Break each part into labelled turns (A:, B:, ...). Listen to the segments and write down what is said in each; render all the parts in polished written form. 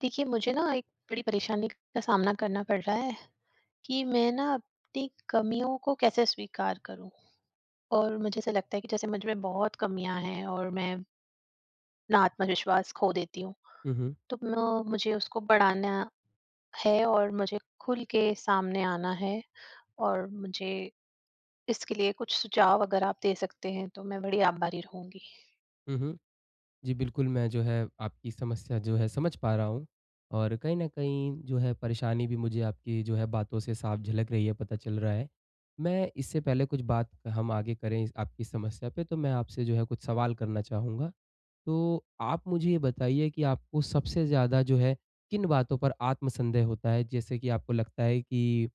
A: देखिए मुझे ना एक बड़ी परेशानी का सामना करना पड़ रहा है कि मैं ना अपनी कमियों को कैसे स्वीकार करूं, और मुझे ऐसा लगता है कि जैसे मुझ में बहुत कमियां हैं और मैं अपना आत्मविश्वास खो देती हूँ।
B: हुँ, हुँ।
A: तो मुझे उसको बढ़ाना है और मुझे खुल के सामने आना है, और मुझे इसके लिए कुछ सुझाव अगर आप दे सकते हैं तो मैं बड़ी आभारी रहूंगी।
B: हुँ, हुँ। जी, बिल्कुल, मैं जो है आपकी समस्या जो है समझ पा रहा हूँ, और कहीं न कहीं जो है परेशानी भी मुझे आपकी जो है बातों से साफ झलक रही है, पता चल रहा है। मैं इससे पहले कुछ बात हम आगे करें इस आपकी समस्या पे, तो मैं आपसे जो है कुछ सवाल करना चाहूँगा। तो आप मुझे ये बताइए कि आपको सबसे ज़्यादा जो है किन बातों पर आत्मसंदेह होता है? जैसे कि आपको लगता है कि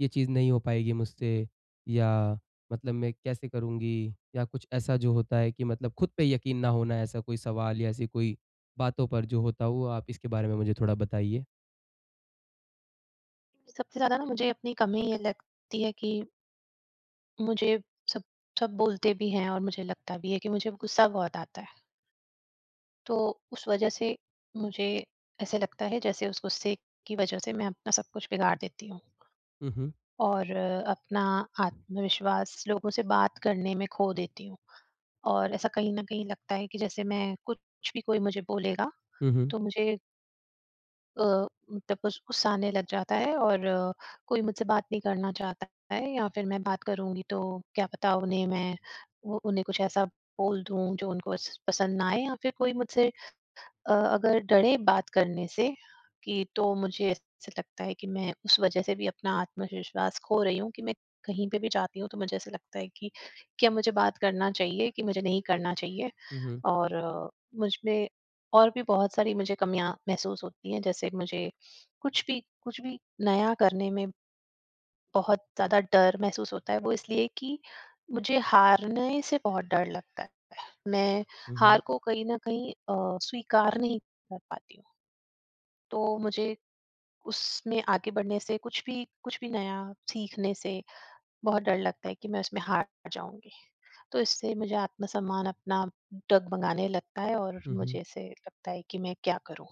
B: ये चीज़ नहीं हो पाएगी मुझसे, या मतलब मैं कैसे करूँगी? या कुछ ऐसा जो होता है कि मतलब खुद पे यकीन ना होना, ऐसा कोई सवाल या ऐसी कोई बातों पर जो होता हो, आप इसके बारे में मुझे थोड़ा बताइए?
A: सबसे ज्यादा ना मुझे अपनी कमी ये लगती है कि मुझे सब सब बोलते भी हैं और मुझे लगता भी है कि मुझे गुस्सा बहुत आता है, तो उस वजह से मुझे ऐसे लगता है जैसे उस गुस्से की वजह से मैं अपना सब कुछ बिगाड़ देती हूँ,
B: हुँ, हुँ।
A: और अपना आत्मविश्वास लोगों से बात करने में खो देती हूँ। और ऐसा कहीं ना कहीं लगता है कि जैसे मैं कुछ भी कोई मुझे बोलेगा
B: हुँ, हुँ।
A: तो मुझे अ, मतलब उस गुस्सा आने लग जाता है, और कोई मुझसे बात नहीं करना चाहता है, या फिर मैं बात करूंगी तो क्या पता उन्हें मैं वो उन्हें कुछ ऐसा बोल दूं जो उनको पसंद ना आए, या फिर कोई मुझसे अगर डरे बात करने से कि, तो मुझे ऐसे लगता है कि मैं उस वजह से भी अपना आत्मविश्वास खो रही हूँ कि मैं कहीं पे भी जाती हूँ तो मुझे ऐसे लगता है कि क्या मुझे बात करना चाहिए कि मुझे नहीं करना चाहिए।
B: हुँ, हुँ।
A: और मुझ में और भी बहुत सारी मुझे कमियां महसूस होती हैं, जैसे मुझे कुछ भी नया करने में बहुत ज्यादा डर महसूस होता है, वो इसलिए कि मुझे हारने से बहुत डर लगता है। मैं
B: हुँ, हुँ।
A: हार को कहीं ना कहीं स्वीकार नहीं कर पाती हूँ, तो मुझे उसमें आगे बढ़ने से, कुछ भी नया सीखने से बहुत डर लगता है कि मैं उसमें हार जाऊंगी, तो इससे मुझे आत्मसम्मान अपना डगमगाने लगता है और
B: हुँ, हुँ।
A: मुझे ऐसे लगता है कि मैं क्या करूं।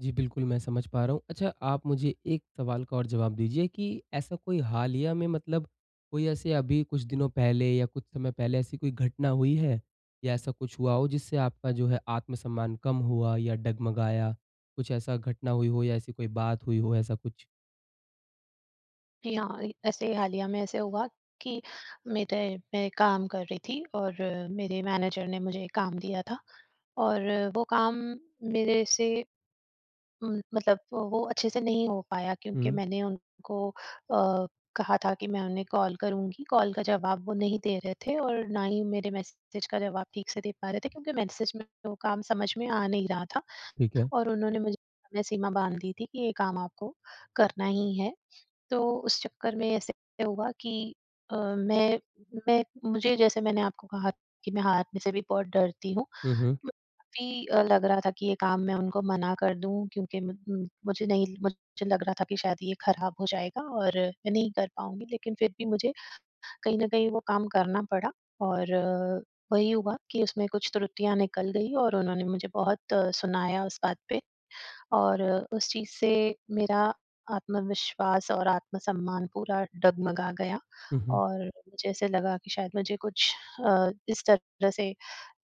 B: जी, बिल्कुल, मैं समझ पा रहा हूँ। अच्छा, आप मुझे एक सवाल का और जवाब दीजिए कि ऐसा कोई हालिया में, मतलब कोई ऐसे अभी कुछ दिनों पहले या कुछ समय पहले ऐसी कोई घटना हुई है या ऐसा कुछ हुआ हो जिससे आपका जो है आत्मसम्मान कम हुआ या डगमगाया? कुछ ऐसा घटना हुई हो या ऐसी कोई बात हुई हो, ऐसा कुछ?
A: जी हाँ, ऐसे ही हालिया में ऐसे हुआ कि मेरे मैं काम कर रही थी, और मेरे मैनेजर ने मुझे काम दिया था, और वो काम मेरे से मतलब वो अच्छे से नहीं हो पाया, क्योंकि
B: हुँ,
A: मैंने उनको कहा था कि मैं उन्हें कॉल करूँगी, कॉल का जवाब वो नहीं दे रहे थे और ना ही मेरे मैसेज का जवाब ठीक से दे पा रहे थे, क्योंकि मैसेज में वो काम समझ में आ नहीं रहा था,
B: ठीक है।
A: और उन्होंने मुझे समय सीमा बाँध दी थी कि ये काम आपको करना ही है। तो उस चक्कर में ऐसे हुआ कि अ, मैं मैं मुझे, जैसे मैंने आपको कहा कि मैं हारने से भी बहुत डरती हूँ,
B: हुँ, हुँ,
A: काफ़ी लग रहा था कि ये काम मैं उनको मना कर दूँ, क्योंकि मुझे नहीं, मुझे लग रहा था कि शायद ये खराब हो जाएगा और मैं नहीं कर पाऊँगी, लेकिन फिर भी मुझे कहीं न कहीं वो काम करना पड़ा। और वही हुआ कि उसमें कुछ त्रुटियाँ निकल गई, और उन्होंने मुझे बहुत सुनाया उस बात पे, और उस चीज़ से मेरा आत्मविश्वास और आत्मसम्मान पूरा डगमगा गया।
B: हुँ, हुँ।
A: और मुझे ऐसे लगा कि शायद मुझे कुछ इस तरह से,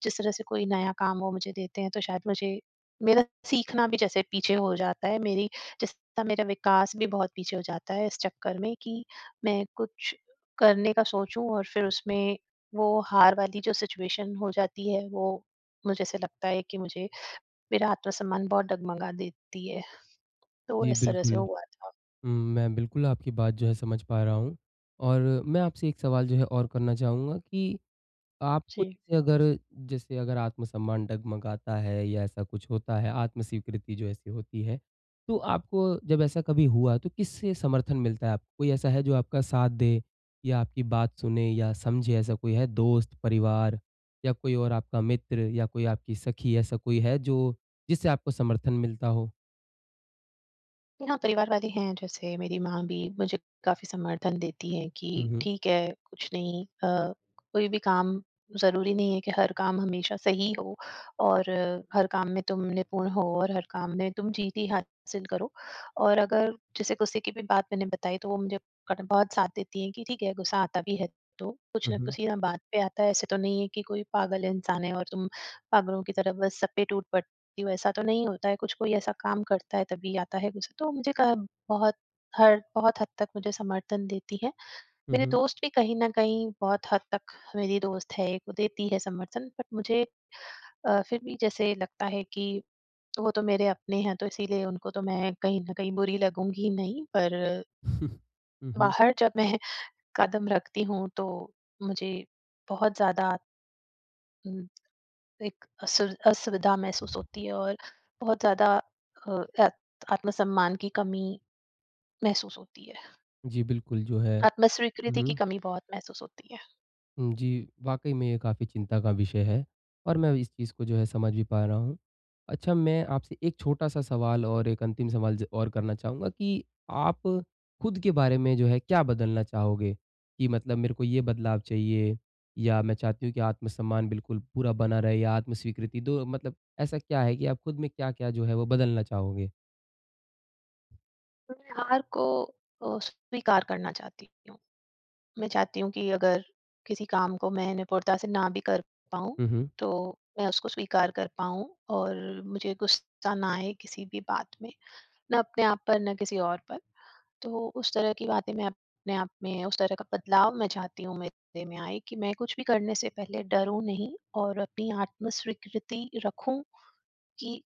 A: जिस तरह से कोई नया काम वो मुझे देते हैं, तो शायद मुझे मेरा सीखना भी जैसे पीछे हो जाता है, मेरी जैसा मेरा विकास भी बहुत पीछे हो जाता है इस चक्कर में कि मैं कुछ करने का सोचूं, और फिर उसमें वो हार वाली जो सिचुएशन हो जाती है, वो मुझे ऐसे लगता है कि मुझे मेरा आत्मसम्मान बहुत डगमगा देती है। तो
B: जी,
A: इस तरह से
B: बिल्कुल।
A: हुआ था।
B: मैं बिल्कुल आपकी बात जो है समझ पा रहा हूँ, और मैं आपसे एक सवाल जो है और करना चाहूँगा कि आपको
A: जी।
B: जैसे अगर, जैसे अगर आत्मसम्मान डगमगाता है या ऐसा कुछ होता है, आत्म-स्वीकृति जो ऐसी होती है, तो आपको जब ऐसा कभी हुआ तो किससे समर्थन मिलता है आपको? कोई ऐसा है जो आपका साथ दे या आपकी बात सुने या समझे, ऐसा कोई है? दोस्त, परिवार या कोई और आपका मित्र या कोई आपकी सखी, ऐसा कोई है जो, जिससे आपको समर्थन मिलता हो?
A: जी हाँ, परिवार वाले हैं, जैसे मेरी माँ भी मुझे काफ़ी समर्थन देती हैं
B: हुँ,
A: कि
B: हुँ।
A: ठीक है, कुछ नहीं कोई भी काम, ज़रूरी नहीं है कि हर काम हमेशा सही हो और हर काम में तुम निपुण हो और हर काम में तुम जीत ही हासिल करो। और अगर जैसे गुस्से की भी बात मैंने बताई, तो वो मुझे कट बहुत साथ देती हैं कि ठीक है, गुस्सा आता भी है तो कुछ
B: हुँ,
A: ना
B: हुँ।
A: किसी ना बात पे आता है, ऐसे तो नहीं है कि कोई पागल इंसान है और तुम पागलों की तरह बस सब पे टूट पड़ सकती हूँ, ऐसा तो नहीं होता है, कुछ कोई ऐसा काम करता है तभी आता है गुस्सा। तो मुझे क बहुत हर बहुत हद तक मुझे समर्थन देती है।
B: हुँ,
A: मेरे
B: हुँ।
A: दोस्त भी कहीं न कहीं बहुत हद तक, मेरी दोस्त है एक, वो देती है समर्थन, बट मुझे फिर भी जैसे लगता है कि वो तो मेरे अपने हैं, तो इसीलिए उनको तो मैं कहीं न कहीं बुरी लगूँगी नहीं, पर
B: हुँ, हुँ।
A: बाहर जब मैं कदम रखती हूँ तो मुझे बहुत ज़्यादा एक असुविधा महसूस होती है, और बहुत ज़्यादा अ, आत आत्मसम्मान की कमी महसूस होती है।
B: जी, बिल्कुल जो है। हुँ,
A: आत्मस्वीकृति की
B: हुँ।
A: कमी बहुत महसूस होती है।
B: हुँ, जी, वाक़ई में ये काफ़ी चिंता का विषय है, और मैं इस चीज़ को जो है समझ भी पा रहा हूँ। अच्छा, मैं आपसे एक छोटा-सा सवाल और एक अंतिम सवाल ज और करना चाहूँगा कि आप खुद के बारे में जो है क्या बदलना चाहोगे? कि मतलब, मेरे को ये बदलाव चाहिए, या मैं चाहती हूँ कि आत्मसम्मान बिल्कुल पूरा बना रहे या आत्म-स्वीकृति दो, मतलब ऐसा क्या है कि आप खुद में क्या-क्या जो है वो बदलना चाहोगे?
A: मैं हार को स्वीकार करना चाहती हूँ। मैं चाहती हूँ कि अगर किसी काम को मैं निपुणता से ना भी कर पाऊँ,
B: हुँ, हुँ।
A: तो मैं उसको स्वीकार कर पाऊँ, और मुझे गुस्सा ना आए किसी भी बात में, ना अपने आप पर, ना किसी और पर। तो उस तरह की बातें, मैं अपने आप में उस तरह का बदलाव मैं चाहती हूँ मेरे में आए कि मैं कुछ भी करने से पहले डरूँ नहीं, और अपनी आत्मस्वीकृति रखूँ कि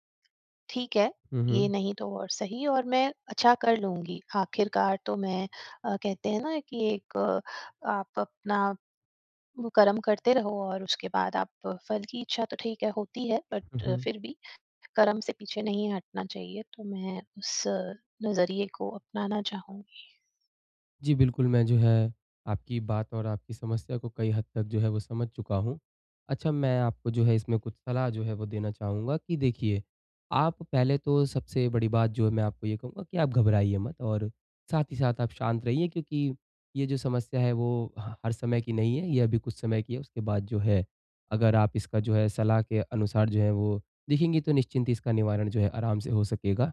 A: ठीक है,
B: हुँ,
A: ये
B: हुँ।
A: नहीं तो और सही, और मैं अच्छा कर लूँगी आखिरकार। तो मैं कहते हैं ना कि एक आप अपना वो कर्म करते रहो, और उसके बाद आप फल की इच्छा तो ठीक है होती है, बट
B: हुँ, हुँ।
A: फिर भी कर्म से पीछे नहीं हटना चाहिए, तो मैं उस नज़रिए को अपनाना चाहूँगी।
B: जी, बिल्कुल, मैं जो है आपकी बात और आपकी समस्या को कई हद तक जो है वो समझ चुका हूँ। अच्छा, मैं आपको जो है इसमें कुछ सलाह जो है वो देना चाहूँगा कि देखिए, आप पहले तो सबसे बड़ी बात जो है मैं आपको ये कहूँगा कि आप घबराइए मत, और साथ ही साथ आप शांत रहिए, क्योंकि ये जो समस्या है वो ह हर समय की नहीं है, ये अभी कुछ समय की है। उसके बाद जो है, अगर आप इसका जो है सलाह के अनुसार जो है वो देखेंगी, तो निश्चिंत ही इसका निवारण जो है आराम से हो सकेगा।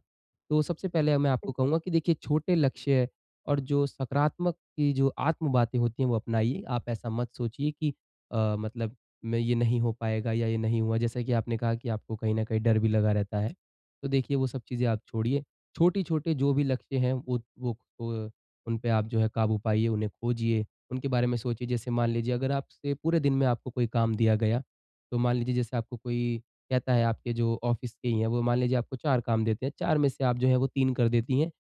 B: तो सबसे पहले मैं आपको कहूँगा कि देखिए, छोटे लक्ष्य और जो सकारात्मक की जो आत्म-बातें होती हैं वो अपनाइए। आप ऐसा मत सोचिए कि मतलब मैं ये नहीं हो पाएगा या ये नहीं हुआ। जैसा कि आपने कहा कि आपको कहीं न कहीं डर भी लगा रहता है। तो देखिए, वो सब चीज़ें आप छोड़िए। छोटे-छोटे जो भी लक्ष्य हैं, वो अ, उन पे आप जो है काबू पाइए, उन्हें खोजिए, उनके बारे में सोचिए। जैसे मान लीजिए, अगर आपसे पूरे दिन में आपको कोई काम दिया गया, तो मान लीजिए जैसे आपको कोई कहता है, आपके जो ऑफ़िस के ही हैं, वो मान लीजिए आपको 4 काम देते हैं, 4 में से आप जो है वो 3 कर देती हैं,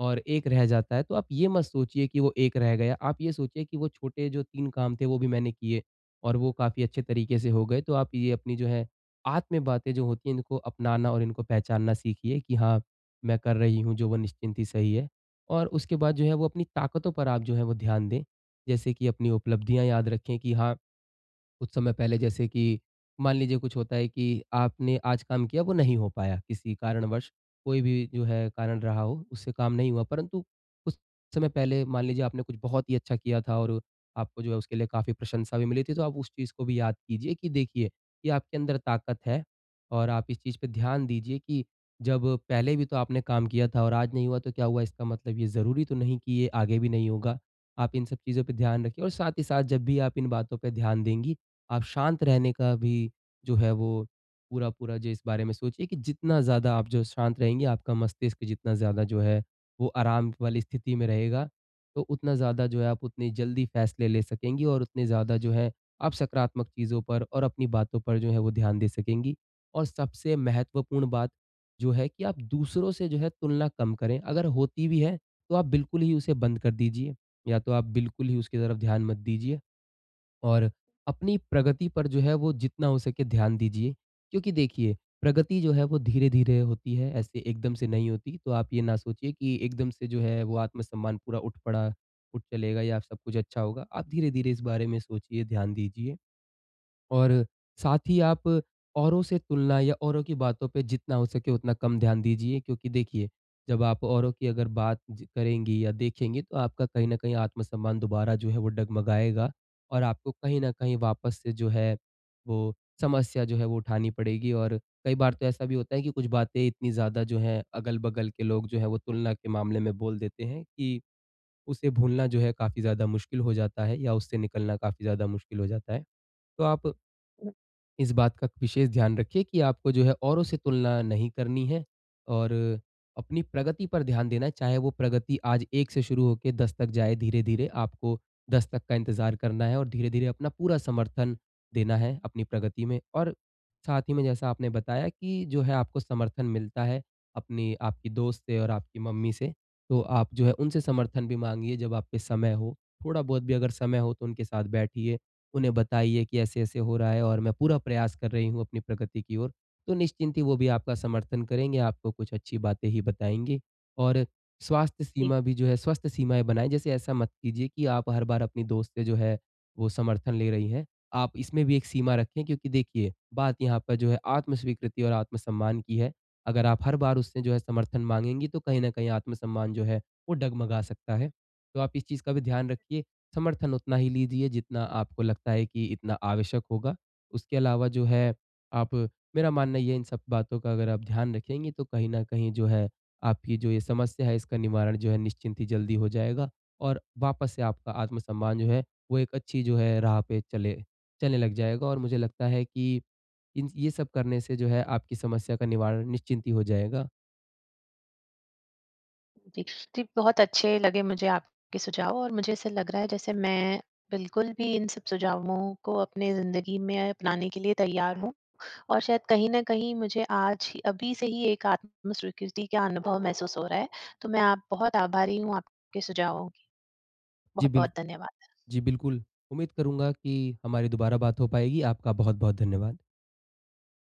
B: और 1 रह जाता है। तो आप ये मत सोचिए कि वो 1 रह गया, आप ये सोचिए कि वो छोटे जो 3 काम थे वो भी मैंने किए, और वो काफ़ी अच्छे तरीके से हो गए। तो आप ये अपनी जो है आत्म बातें जो होती हैं, इनको अपनाना और इनको पहचानना सीखिए कि हाँ, मैं कर रही हूँ जो, वो निश्चिंत ही सही है। और उसके बाद जो है वो अपनी ताकतों पर आप जो है वो ध्यान दें। जैसे कि अपनी उपलब्धियाँ याद रखें कि हाँ, कुछ समय पहले जैसे कि मान लीजिए कुछ होता है कि आपने आज काम किया वो नहीं हो पाया किसी कारणवश, कोई भी जो है कारण रहा हो उससे काम नहीं हुआ, परंतु कुछ समय पहले मान लीजिए आपने कुछ बहुत ही अच्छा किया था और आपको जो है उसके लिए काफ़ी प्रशंसा भी मिली थी, तो आप उस चीज़ को भी याद कीजिए कि देखिए, ये आपके अंदर ताकत है। और आप इस चीज़ पे ध्यान दीजिए कि जब पहले भी तो आपने काम किया था और आज नहीं हुआ तो क्या हुआ, इसका मतलब ये ज़रूरी तो नहीं कि ये आगे भी नहीं होगा। आप इन सब चीज़ों पे ध्यान रखिए, और साथ ही साथ जब भी आप इन बातों पे ध्यान देंगी, आप शांत रहने का भी जो है वो पूरा-पूरा जो, इस बारे में सोचिए कि जितना ज़्यादा आप जो शांत रहेंगे, आपका मस्तिष्क जितना ज़्यादा जो है वो आराम वाली स्थिति में रहेगा, तो उतना ज़्यादा जो है आप उतनी जल्दी फैसले ले सकेंगी, और उतने ज़्यादा जो है आप सकारात्मक चीज़ों पर और अपनी बातों पर जो है वो ध्यान दे सकेंगी। और सबसे महत्वपूर्ण बात जो है कि आप दूसरों से जो है तुलना कम करें, अगर होती भी है तो आप बिल्कुल ही उसे बंद कर दीजिए, या तो आप बिल्कुल ही उसकी तरफ ध्यान मत दीजिए। और अपनी प्रगति पर जो है वो जितना हो सके ध्यान दीजिए, क्योंकि देखिए, प्रगति जो है वो धीरे धीरे होती है, ऐसे एकदम से नहीं होती। तो आप ये ना सोचिए कि एकदम से जो है वो आत्मसम्मान पूरा उठ चलेगा या सब कुछ अच्छा होगा, आप धीरे धीरे इस बारे में सोचिए, ध्यान दीजिए। और साथ ही आप औरों से तुलना या औरों की बातों पे जितना हो सके उतना कम ध्यान दीजिए, क्योंकि देखिए, जब आप औरों की अगर बात ज करेंगी या देखेंगी, तो आपका कहीं न कहीं आत्मसम्मान दोबारा जो है वो डगमगाएगा, और आपको कहीं न कहीं वापस से जो है वो समस्या जो है वो उठानी पड़ेगी। और कई बार तो ऐसा भी होता है कि कुछ बातें इतनी ज़्यादा जो हैं अगल-बगल के लोग जो हैं वो तुलना के मामले में बोल देते हैं, कि उसे भूलना जो है काफ़ी ज़्यादा मुश्किल हो जाता है, या उससे निकलना काफ़ी ज़्यादा मुश्किल हो जाता है। तो आप इस बात का विशेष ध्यान रखिए कि आपको जो है औरों से तुलना नहीं करनी है, और अपनी प्रगति पर ध्यान देना है। चाहे वो प्रगति आज 1 से शुरू होके 10 तक जाए धीरे-धीरे, आपको 10 तक का इंतज़ार करना है, और धीरे-धीरे अपना पूरा समर्थन देना है अपनी प्रगति में। और साथ ही में जैसा आपने बताया कि जो है आपको समर्थन मिलता है अपनी, आपकी दोस्त से और आपकी मम्मी से, तो आप जो है उनसे समर्थन भी माँगिए जब आप पे समय हो। थोड़ा बहुत भी अगर समय हो तो उनके साथ बैठिए। उन्हें बताइए कि ऐसे-ऐसे हो रहा है और मैं पूरा प्रयास कर रही हूँ अपनी प्रगति की ओर। तो निश्चिंत ही वो भी आपका समर्थन करेंगे, आपको कुछ अच्छी बातें ही बताएँगे। और स्वास्थ्य सीमा भी जो है, स्वस्थ सीमाएँ बनाएँ। जैसे ऐसा मत कीजिए कि आप हर बार अपनी दोस्त से जो है वो समर्थन ले रही हैं। आप इसमें भी एक सीमा रखें, क्योंकि देखिए, बात यहाँ पर जो है आत्म-स्वीकृति और आत्म-सम्मान की है। अगर आप हर बार उससे जो है समर्थन माँगेंगी, तो कहीं न कहीं आत्म-सम्मान जो है वो डगमगा सकता है। तो आप इस चीज़ का भी ध्यान रखिए, समर्थन उतना ही लीजिए जितना आपको लगता है कि इतना आवश्यक होगा। उसके अलावा जो है आप, मेरा मानना ये है, इन सब बातों का अगर आप ध्यान रखेंगी तो कहीं न कहीं जो है आपकी जो ये समस्या है इसका निवारण जो है निश्चिंत ही जल्दी हो जाएगा, और वापस से आपका आत्मसम्मान जो है वो एक अच्छी जो है राह पे चले चलने लग जाएगा, और मुझे लगता है कि इन ये सब करने से जो है आपकी समस्या का निवारण निश्चिंत ही हो जाएगा।
A: जी। जी, बहुत अच्छे लगे मुझे आपके सुझाव, और मुझे ऐसा लग रहा है जैसे मैं बिल्कुल भी इन सब सुझावों को अपने ज़िंदगी में अपनाने के लिए तैयार हूँ, और शायद कहीं न कहीं मुझे आज ही अभी से ही एक आत्मस्वीकृति का अनुभव महसूस हो रहा है। तो मैं आप बहुत आभारी हूँ आपके सुझावों की।
B: जी बिल
A: बहुत-बहुत धन्यवाद।
B: जी बिल्कुल, उम्मीद करूँगा कि हमारी दोबारा बात हो पाएगी। आपका बहुत-बहुत धन्यवाद।